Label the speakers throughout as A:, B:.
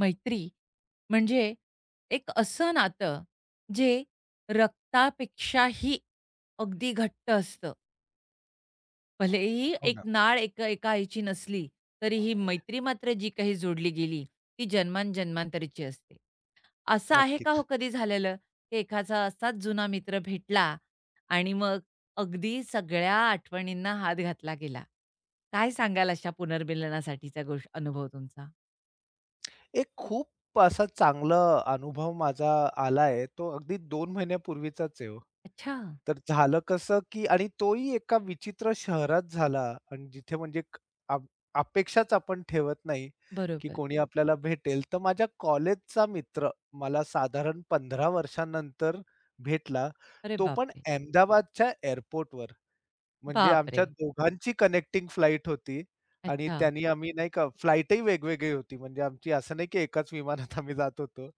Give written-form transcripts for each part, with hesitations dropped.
A: मैत्री म्हणजे एक असं नातं जे रक्तापेक्षाही अगदी घट्ट असतं. भलेही
B: हो
A: एक
B: ना,
A: नाळ एक एका आईची नसली, तरीही मैत्री मात्र जी काही जोडली गेली, ती जन्मांजन्मांतरीची असते. असं आहे का
B: नक्कीच.
A: हो कधी झालेलं, की एखादा असाच जुना मित्र भेटला आणि मग अगदी सगळ्या आठवणींना हात घातला गेला? काय सांगाल अशा पुनर्मिलनासाठीचा गोष्ट अनुभव तुमचा?
B: एक खूप असा चांगला अनुभव माझा आलाय. तो अगदी 2 महिन्यापूर्वीचाच आहे हो.
A: अच्छा.
B: तर झालं कसं, की आणि तोही एका विचित्र शहरात झाला आणि जिथे म्हणजे अ अपेक्षाच आपण ठेवत नाही, की
A: बरोबर.
B: कोणी आपल्याला भेटेल. तर माझ्या कॉलेजचा मित्र मला साधारण 15 वर्षानंतर भेटला.
A: अरे
B: तो पण
A: बापरे!
B: अहमदाबादच्या एअरपोर्टवर. म्हणजे
A: बापरे!
B: आमच्या दोघांची कनेक्टिंग फ्लाइट होती आणि
A: अच्छा.
B: त्यांनी आम्ही नाही का फ्लाइटही वेगवेगळी होती. म्हणजे आमची असं नाही की एकाच विमानात आम्ही जात होतो.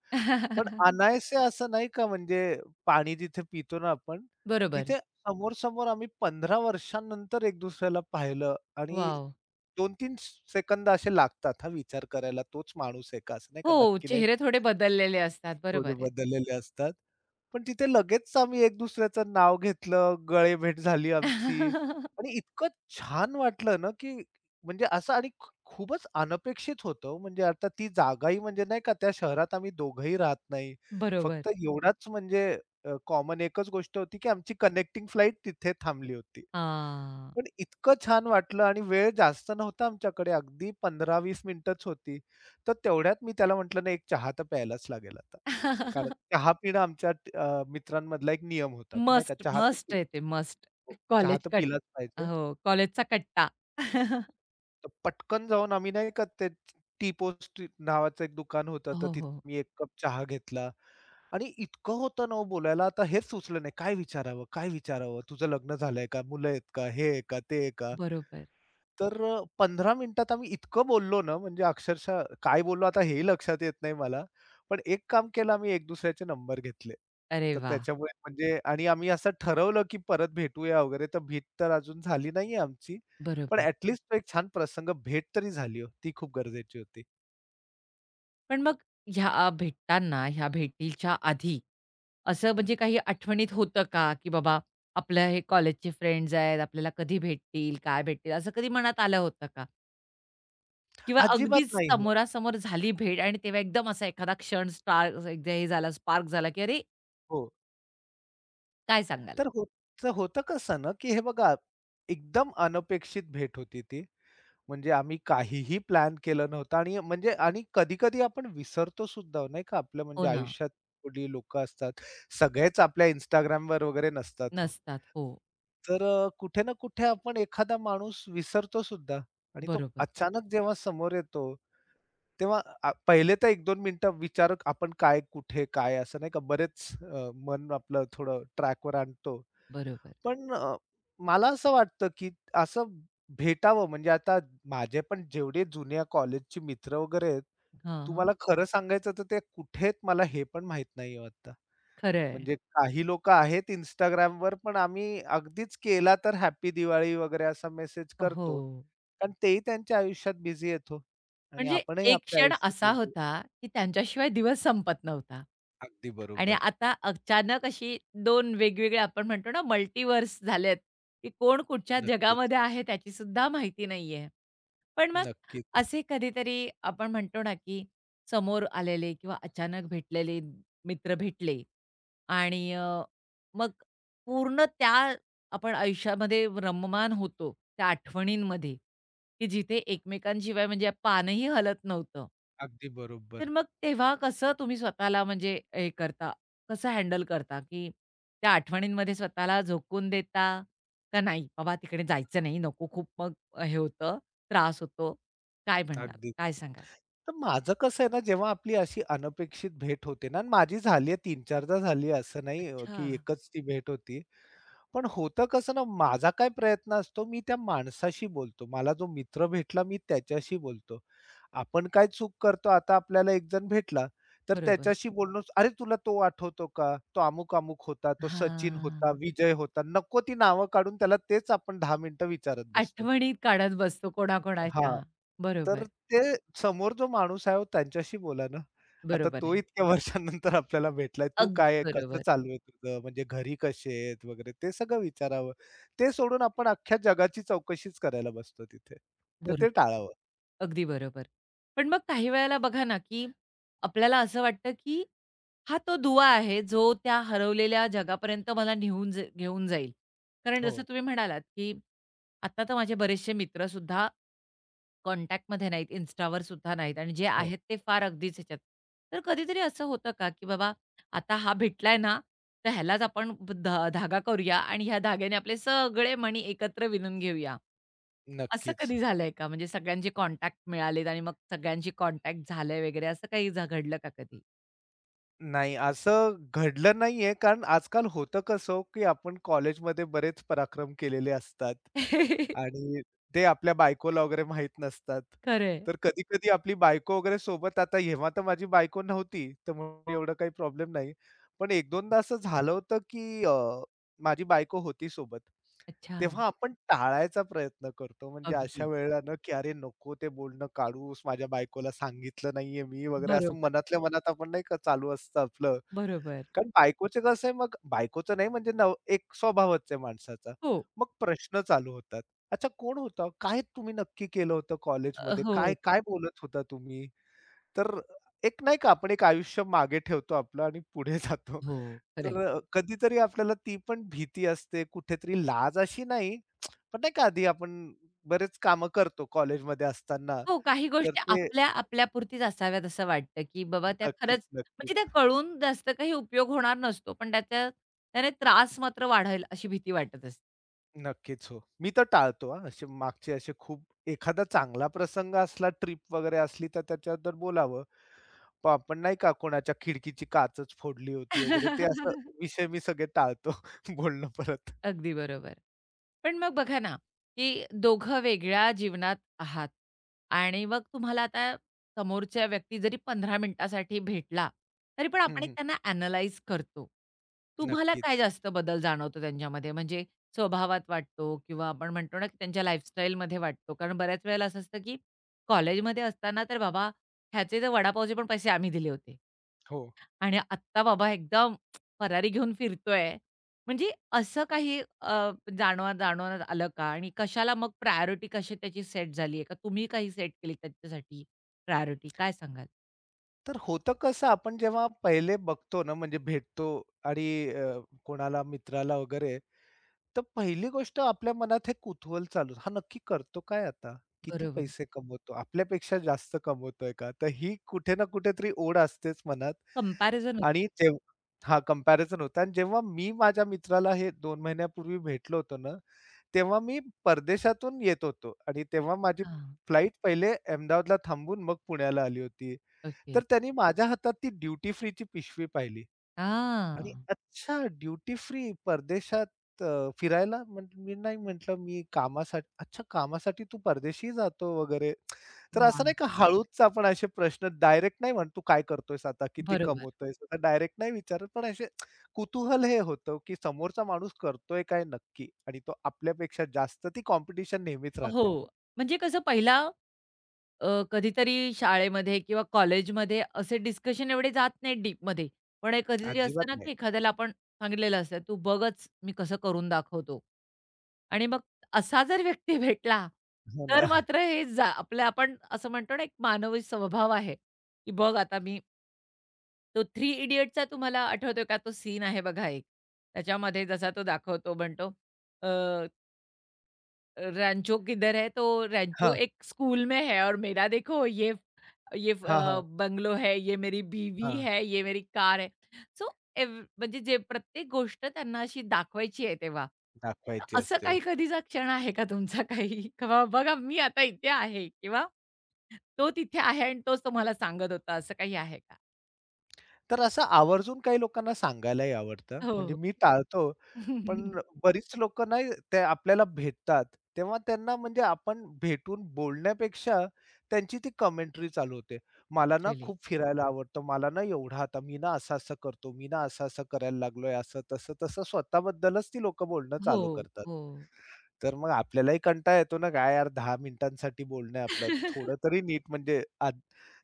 B: पण अनायसे असं नाही का म्हणजे पाणी जिथे पितो ना आपण,
A: बरोबर.
B: तिथे समोर-समोर आम्ही 15 वर्षांनंतर एक दुसऱ्याला पाहिलं आणि
A: वॉव!
B: 2-3 सेकंद असे लागतात हा विचार करायला तोच माणूस आहे का? असं नाही का
A: हो,
B: नक्की नाही
A: चेहरे थोडे बदललेले असतात.
B: थोडे
A: बरोबर आहे.
B: बदललेले असतात. पण तिथे लगेच आम्ही एक दुसऱ्याचं नाव घेतलं, गळेभेट झाली आमची आणि इतकं छान वाटलं ना, की म्हणजे असं आणि खूपच अनपेक्षित होतं हो. म्हणजे आता ती जागाही म्हणजे नाही का त्या शहरात आम्ही दोघंही राहत नाही.
A: बरोबर.
B: फक्त एवढाच म्हणजे कॉमन एकच गोष्ट होती, की आमची कनेक्टिंग फ्लाइट तिथे थांबली होती.
A: हां.
B: पण इतकं छान वाटलं आणि वेळ जास्त नव्हता आमच्याकडे. अगदी 15-20 मिनिटंच होती. तर तेवढ्यात मी त्याला म्हटलं, "नाही, एक चहा तर प्यायलाच लागेल आता." कारण चहा पिणं आमच्या मित्रांमधला एक नियम होता, की नाही का
A: मस्ट,
B: चहा तर
A: मस्ट आहे ते मस्ट.
B: हो, चहा
A: कॉलेज
B: तर
A: कट
B: पिलाच पाहिजे.
A: हो, कॉलेजचा कट्टा.
B: तर पटकन जाऊन आम्ही नाही का ते टी पोस्ट नावाचं एक दुकान होतं, तर
A: हो,
B: तिथं
A: हो.
B: मी एक कप चहा घेतला आणि इतकं होतं ना हो बोलायला, आता हेच सुचलं नाही. काय विचारावं, काय विचारावं? तुझं लग्न झालंय का? मुलं आहेत का? हे आहे का? ते आहे का?
A: बरोबर.
B: तर 15 मिनिटात आम्ही इतकं बोललो ना, म्हणजे अक्षरशः काय बोललो आता हेही लक्षात येत नाही मला. पण एक काम केलं आम्ही एक दुसऱ्याचे नंबर घेतले.
A: अरे
B: तर
A: वाह!
B: त्याच्यामुळे म्हणजे आणि आम्ही असं ठरवलं, की परत भेटूया वगैरे. तर भेट तर अजून झाली नाहीये आमची. पण
A: बरोबर.
B: तो एक छान प्रसंग, भेट तरी झाली हो. ती खूप गरजेची होती.
A: पण मग ह्या भेटताना, ह्या भेटीच्या आधी असं म्हणजे काही आठवणीत होतं का, की बाबा आपल्या हे कॉलेजचे फ्रेंड्स आहेत, आपल्याला कधी भेटतील, काय भेटतील, असं कधी मनात आलं होतं का? किंवा
B: अजिबात
A: अगदीच
B: नाही हो.
A: समोरासमोर झाली भेट आणि तेव्हा एकदम असा एखादा क्षण स्टार एकदा हे झाला, स्पार्क झाला, की "अरे,
B: हो.
A: काय सांगाल?"
B: तर होतं होतं कसं ना, की हे बघा एकदम अनपेक्षित भेट होती ती. म्हणजे आम्ही काहीही प्लॅन केलं नव्हतं आणि म्हणजे आणि कधी-कधी आपण विसरतो सुद्धा हो, नाही का, आपल्या म्हणजे
A: हो ना,
B: आयुष्यात थोडी लोकं असतात. सगळेच आपल्या Instagramवर वगैरे नसतात हो.
A: नसतात. हो,
B: तर कुठे ना कुठे आपण एखादा माणूस विसरतो सुद्धा आणि तो
A: बरोबर,
B: अचानक जेव्हा समोर येतो, तेव्हा पहिले तर 1-2 मिनिटं विचार आपण काय, कुठे, काय असं नाही का बरेच मन आपलं थोडं ट्रॅकवर आणतो.
A: बरोबर.
B: पण मला असं वाटतं, की असं भेटावं म्हणजे आता माझे पण जेवढे जुन्या कॉलेजचे मित्र वगैरे आहेत,
A: हां, हां.
B: तुम्हाला खरं सांगायचं तर ते कुठे आहेत मला हे पण माहीत नाहीये आता.
A: खरं
B: म्हणजे काही लोकं आहेत Instagramवर पण आम्ही अगदीच केला तर हॅपी दिवाळी वगैरे असा मेसेज
A: हो.
B: करतो. कारण तेही त्यांच्या आयुष्यात बिझी आहेत हो. आणि
A: म्हणजे
B: आपणही
A: एक
B: आपल्या
A: क्षण
B: आयुष्यात
A: असा
B: बिझी.
A: होता, की त्यांच्याशिवाय दिवस संपत नव्हता.
B: अगदी
A: आणि
B: बरोबर.
A: आता अचानक अशी 2 वेगवेगळे आपण म्हणतो ना, मल्टिव्हर्स झालेत, की कोण कुठच्या
B: नक्कीच,
A: जगामध्ये आहे त्याची सुद्धा माहिती नाहीये. पण मग
B: नक्कीच.
A: असे कधीतरी आपण म्हणतो ना, की समोर आलेले किंवा अचानक भेटलेले मित्र भेटले आणि मग पूर्ण त्या आपण आयुष्यामध्ये रममान होतो त्या आठवणींमध्ये, की जिथे एकमेकांशिवाय म्हणजे पानही हलत नव्हतं.
B: अगदी
A: तर
B: बरोबर.
A: मग तेव्हा कसं तुम्ही स्वतःला म्हणजे हे करता, कसं हँडल करता, की त्या आठवणींमध्ये स्वतःला झोकून देता, का नाही बाबा तिकडे जायचं नाही, नको खूप मग हे होतं, त्रास होतो? काय म्हणणार?
B: अगदी.
A: काय सांगाल?
B: तर माझं कसं आहे ना, जेव्हा आपली अशी अनपेक्षित भेट होते ना, आणि माझी झाली आहे 3-4दा झाली आहे, असं नाही
A: अच्छा.
B: की एकच ती भेट होती. पण होतं कसं ना, माझा काय प्रयत्न असतो, मी त्या माणसाशी बोलतो. मला जो मित्र भेटला, मी त्याच्याशी बोलतो. आपण काय चूक करतो, आता आपल्याला एकजण भेटला, तर
A: बरोबर.
B: त्याच्याशी बोलणं, "अरे, तुला तो आठवतो का? तो अमुक-अमुक होता, तो सचिन होता,
A: हां.
B: विजय होता." नको ती नावं काढून त्याला तेच आपण 10 मिनिटं विचारत बसतो.
A: आठवणी काढत बसतो
B: हां.
A: कोणाकोणाच्या.
B: तर
A: बरोबर,
B: ते समोर जो माणूस आहे, हो त्यांच्याशी बोला ना. आता
A: बरोबर
B: तो
A: आहे.
B: इतक्या वर्षानंतर आपल्याला भेटलाय. "तू
A: अगदी
B: काय आहे? कसं
A: बरोबर.
B: चालू आहे तुझं? म्हणजे घरी कसे आहेत?" वगैरे ते सगळं विचारावं. ते सोडून आपण अख्ख्या जगाची चौकशीच करायला बसतो तिथे. तर ते
A: बरोबर.
B: टाळावं.
A: अगदी बरोबर. पण मग काही वेळेला बघा ना, की आपल्याला असं वाटतं, की हा तो दुवा आहे, जो त्या हरवलेल्या जगापर्यंत मला नेऊन घेऊन जाईल. कारण हं. जसं
B: हो,
A: तुम्ही म्हणालात, की आता तर माझे बरेचसे मित्रसुद्धा कॉन्टॅक्टमध्ये नाहीत, Instaवर सुद्धा नाहीत आणि जे हो.
B: हो.
A: आहेत ते फार अगदीच ह्याच्यात. तर कधीतरी असं होतं का, की बाबा आता हा भेटलाय ना, तर ह्यालाच आपण धागा करूया आणि ह्या धाग्याने आपले सगळे मणी एकत्र विणून घेऊया. असं
B: नक्कीच.
A: कधी झालंय का? म्हणजे सगळ्यांचे कॉन्टॅक्ट मिळालेत आणि मग सगळ्यांशी कॉन्टॅक्ट झालंय वगैरे असं काही घडलं का कधी?
B: नाही, असं घडलं नाहीये, कारण आजकाल होतं कसं हो, की आपण कॉलेजमध्ये बरेच पराक्रम केलेले असतात. आणि ते आपल्या बायकोला वगैरे माहीत नसतात.
A: खरंय.
B: तर कधी-कधी आपली बायको वगैरे सोबत आता जेव्हा तर माझी बायको नव्हती, तर मग एवढं काही प्रॉब्लेम नाही. पण 1-2दा असं झालं होतं, की माझी बायको होती सोबत.
A: अच्छा.
B: तेव्हा आपण टाळायचा प्रयत्न करतो. म्हणजे अशा
A: अगदी.
B: वेळेला ना, की "अरे नको ते बोलणं काढूस, माझ्या बायकोला सांगितलं नाहीये मी" वगैरे असं
A: बरोबर,
B: मनातल्या मनात आपण नाही का चालू असतं आपलं.
A: बरोबर.
B: कारण बायकोचं कसं आहे मग बायकोचं नाही म्हणजे एक स्वभावच आहे माणसाचा.
A: हो.
B: मग प्रश्न चालू होतात. अच्छा कोण होता? काय तुम्ही नक्की केलं होतं कॉलेजमध्ये?
A: हो,
B: काय, काय बोलत होता तुम्ही? तर एक नाही का आपण एक आयुष्य मागे ठेवतो आपलं आणि पुढे जातो.
A: हो.
B: तर
A: खरंय.
B: कधीतरी आपल्याला ती पण भीती असते. कुठेतरी लाज अशी नाही, पण नाही का आधी आपण बरेच कामं करतो कॉलेजमध्ये असताना.
A: हो, काही
B: तर
A: गोष्टी
B: ते
A: आपल्या आपल्यापुरतीच असाव्यात असं वाटतं, की बाबा त्या
B: नक्कीच,
A: खरंच
B: नक्कीच.
A: म्हणजे त्या कळून जास्त काही उपयोग होणार नसतो, पण त्याचा त्याने त्रास मात्र वाढेल अशी भीती वाटत असते.
B: नक्कीच हो. मी तर टाळतो हां, असे मागचे असे खूप एखादा चांगला प्रसंग असला, ट्रिप वगैरे असली तर त्याच्याबद्दल बोलावं. पण आपण नाही का कोणाच्या खिडकीची काचच फोडली होती वगैरे ते असं विषय मी सगळे टाळतो बोलणं परत.
A: अगदी बरोबर. पण मग बघा ना, की दोघं वेगळ्या जीवनात आहात आणि मग तुम्हाला आता समोरच्या व्यक्ती जरी 15 मिनिटासाठी भेटला, तरी पण
B: हं,
A: आपण एक
B: हं.
A: त्यांना ॲनलाईज करतो. तुम्हाला काय
B: नक्कीच.
A: जास्त बदल जाणवतो त्यांच्यामध्ये? म्हणजे स्वभावात वाटतो किंवा आपण म्हणतो ना, की त्यांच्या लाईफस्टाईलमध्ये वाटतो? कारण बऱ्याच वेळेला असं असतं, की कॉलेजमध्ये असताना तर बाबा, ह्याचे तर वडापावचे पण पैसे आम्ही दिले होते.
B: हो.
A: आणि आत्ता बाबा एकदम फरारी घेऊन फिरतोय. म्हणजे असं काही जाणवण्यात आलं का? आणि कशाला मग प्रायोरिटी कशी त्याची सेट झाली आहे का? तुम्ही काही सेट केली त्याच्यासाठी प्रायोरिटी काय सांगाल?
B: तर होतं कसं आपण जेव्हा पहिले बघतो ना, म्हणजे भेटतो आणि अ, कोणाला मित्राला वगैरे तर पहिली गोष्ट आपल्या मनात हे कुतूहल चालू, हा नक्की करतो काय आता? किती
A: बरोबर.
B: पैसे कमवतो? आपल्यापेक्षा जास्त कमवतोय का? तर ही कुठे ना कुठेतरी ओढ असतेच मनात
A: कंपॅरिझन होतं.
B: आणि हां, कंपॅरिझन होता, आणि जेव्हा मी माझ्या मित्राला हे 2 महिन्यापूर्वी भेटलो होतो ना, तेव्हा मी परदेशातून येत होतो आणि तेव्हा माझी
A: हां.
B: फ्लाइट पहिले अहमदाबादला थांबून मग पुण्याला आली होती.
A: ओके.
B: तर त्यांनी माझ्या हातात ती ड्युटी फ्रीची पिशवी पाहिली. आणि
A: हां.
B: अच्छा ड्युटी फ्री परदेशात फिरायला? म्हटलं मी नाही, म्हटलं मी कामासाठी, अच्छा कामासाठी तू परदेशी जातो वगैरे. तर असं
A: वाह!
B: नाही का हळूच आपण असे प्रश्न डायरेक्ट नाही म्हणतो, "तू काय करतोयस आता? किती
A: बरोबर.
B: कमवतोयस?" आता डायरेक्ट नाही विचारत, पण असे कुतूहल हे होतं, की समोरचा माणूस करतोय काय नक्की? आणि तो आपल्यापेक्षा जास्त ती कॉम्पिटिशन नेहमीच
A: हो.
B: राहते हो.
A: म्हणजे कसं पहिला कधीतरी शाळेमध्ये किंवा कॉलेजमध्ये असे डिस्कशन एवढे जात नाहीत डीपमध्ये. पण हे कधीतरी असतं
B: अजिबात
A: ना,
B: नाही.
A: की एखाद्याला आपण सांगितलेलं असतं, "तू बघच मी कसं करून दाखवतो." आणि मग असा जर व्यक्ती भेटला,
B: हो ना.
A: तर मात्र हे आपल्या आपण असं म्हणतो ना, एक मानवी स्वभाव आहे, की बघ आता मी तो थ्री इडियट्सचा तुम्हाला आठवतोय का? तो सीन आहे बघा एक. त्याच्यामध्ये जसा तो दाखवतो म्हणतो रैंचो किधर है? तो रैंचो
B: हां.
A: एक स्कूल में है और मेरा देखो ये ये अ,
B: हां, हां.
A: बंगलो है, ये मेरी बीवी
B: हां.
A: है, ये मेरी कार आहे. सो एव म्हणजे जे प्रत्येक गोष्ट त्यांना अशी दाखवायची आहे तेव्हा. तर
B: दाखवायची
A: असं
B: असते हो.
A: काही कधीचा क्षण आहे का तुमचा काही? किंवा बघा मी आता इथे आहे किंवा तो तिथे आहे आणि तोच तुम्हाला सांगत होता असं काही आहे का?
B: तर असं आवर्जून काही लोकांना सांगायलाही आवडतं. म्हणजे
A: हो,
B: मी टाळतो, पण
A: हो.
B: बरीच लोकं नाही ते आपल्याला भेटतात, तेव्हा त्यांना म्हणजे आपण भेटून बोलण्यापेक्षा त्यांची ती कमेंटरी चालू होते. "मला ना खूप फिरायला आवडतं. मला ना एवढा आता मी ना असं-असं करतो. मी ना असं-असं करायला लागलोय. असं तसं-तसं" स्वतःबद्दलच ती लोकं बोलणं
A: हो,
B: चालू करतात.
A: हो.
B: तर मग आपल्यालाही कंटाळा येतो ना, काय यार 10 मिनिटांसाठी बोलणं आहे आपलं. थोडं तरी नीट म्हणजे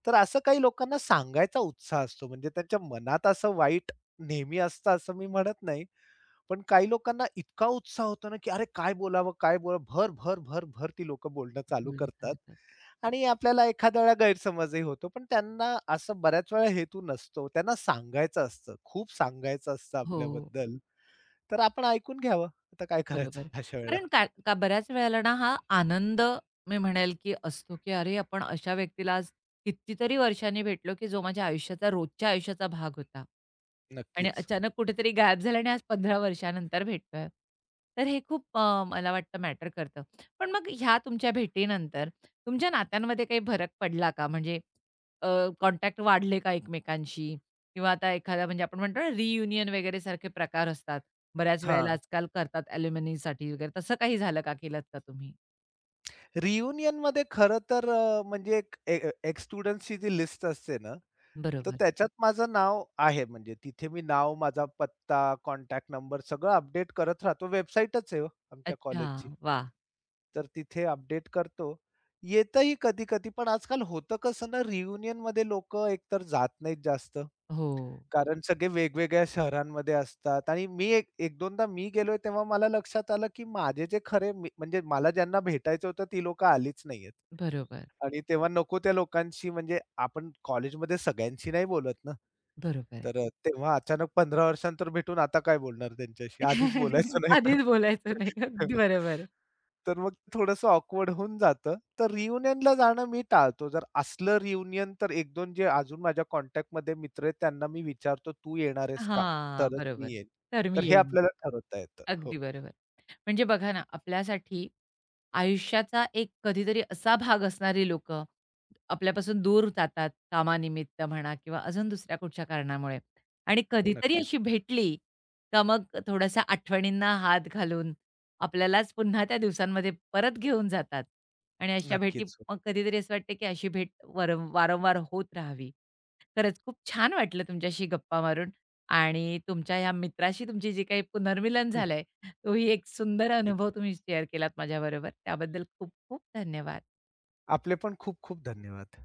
B: तर असं काही लोकांना सांगायचा उत्साह असतो. म्हणजे त्यांच्या मनात असं वाईट नेहमी असतं असं मी म्हणत नाही. पण काही लोकांना इतका उत्साह होतो ना, की अरे काय बोलावं, काय बोलावं? भर, भर, भर, भर ती लोकं बोलणं चालू
A: बोलून झालं
B: करतात
A: तर.
B: आणि आपल्याला एखाद्या वेळा गैरसमजही होतो. पण त्यांना असं बऱ्याच वेळा हेतू नसतो. त्यांना सांगायचं असतं. खूप सांगायचं असतं
A: हो.
B: आपल्याबद्दल. तर आपण ऐकून घ्यावं. आता काय
A: बरोबर.
B: करायचं अशा वेळेला?
A: कारण का का बऱ्याच वेळेला ना हा आनंद मी म्हणेल, की असतो, की अरे आपण अशा व्यक्तीला आज कितीतरी वर्षांनी भेटलो, की जो माझ्या आयुष्याचा रोजच्या आयुष्याचा भाग होता. आणि
B: नक्कीच.
A: अचानक कुठेतरी गायब झाला आणि आज 15 वर्षानंतर भेटतोय. तर हे खूप मला वाटतं मॅटर करतं. पण मग ह्या तुमच्या भेटीनंतर तुमच्या नात्यांमध्ये काही फरक पडला का? म्हणजे कॉन्टॅक्ट वाढले का एकमेकांशी? किंवा आता एखादा म्हणजे आपण म्हणतो ना रियुनियन वगैरे सारखे प्रकार असतात. बऱ्याच वेळेला
B: हां.
A: आजकाल करतात अॅल्युमिनीसाठी वगैरे. तसं काही झालं का? केलत का तुम्ही?
B: रियुनियनमध्ये खरं तर म्हणजे एक ए एक्स स्टुडंट्सची जी लिस्ट असते ना, तर
A: बरोबर.
B: त्याच्यात माझं नाव आहे. म्हणजे तिथे मी नाव, माझा पत्ता, कॉन्टॅक्ट नंबर सगळं अपडेट करत राहतो. वेबसाईटच आहे हो आमच्या
A: अच्छा.
B: कॉलेजची.
A: वाह!
B: तर तिथे अपडेट करतो. येतंही कधी-कधी, पण आजकाल होतं कसं ना रियुनियनमध्ये लोकं एकतर जात नाहीत जास्त.
A: हो.
B: कारण सगळे वेगवेगळ्या शहरांमध्ये असतात आणि मी एक एक दोनदा मी गेलोय तेव्हा मला लक्षात आलं, की माझे जे खरे मी म्हणजे मला ज्यांना भेटायचं होतं ती लोकं आलीच नाहीयेत.
A: बरोबर,
B: आणि तेव्हा नको त्या लोकांशी म्हणजे आपण कॉलेजमध्ये सगळ्यांशी नाही बोलत ना.
A: बरोबर.
B: तर तेव्हा अचानक 15 वर्षानंतर भेटून आता काय बोलणार त्यांच्याशी? आधीच बोलायचं नाही तर.
A: आधीच बोलायचं नाही. अगदी बरोबर.
B: तर मग थोडंसं ऑकवर्ड होऊन जातं. तर रियुनियनला जाणं मी टाळतो. जर असलं रियुनियन तर एक दोन जे अजून माझ्या कॉन्टॅक्टमध्ये मित्र आहेत त्यांना मी विचारतो, "तू येणार आहेस का?"
A: हां,
B: तरच
A: बरोबर.
B: मी येईन.
A: तर मी
B: तर हे
A: येईन.
B: आपल्याला ठरवता येतं. हो,
A: अगदी बरोबर. म्हणजे बघा ना, आपल्यासाठी आयुष्याचा एक कधीतरी असा भाग असणारी लोकं आपल्यापासून दूर जातात कामानिमित्त म्हणा किंवा अजून दुसऱ्या कुठच्या कारणामुळे आणि हो. कधीतरी
B: नक्कीच.
A: अशी भेटली का मग थोडासा आठवणींना हात घालून आपल्यालाच पुन्हा त्या दिवसांमध्ये परत घेऊन जातात आणि अशा भेटी
B: नक्कीच.
A: मग कधीतरी असं वाटतं की अशी भेट वर वारंवार होत राहावी. खरंच खूप छान वाटलं तुमच्याशी गप्पा मारून. आणि तुमच्या ह्या मित्राशी तुमची जी काही पुनर्मिलन
B: हो.
A: झालंय, तोही एक सुंदर
B: नक्कीच.
A: अनुभव तुम्ही शेअर केलात माझ्याबरोबर. त्याबद्दल खूप खूप धन्यवाद.
B: आपले पण खूप खूप धन्यवाद.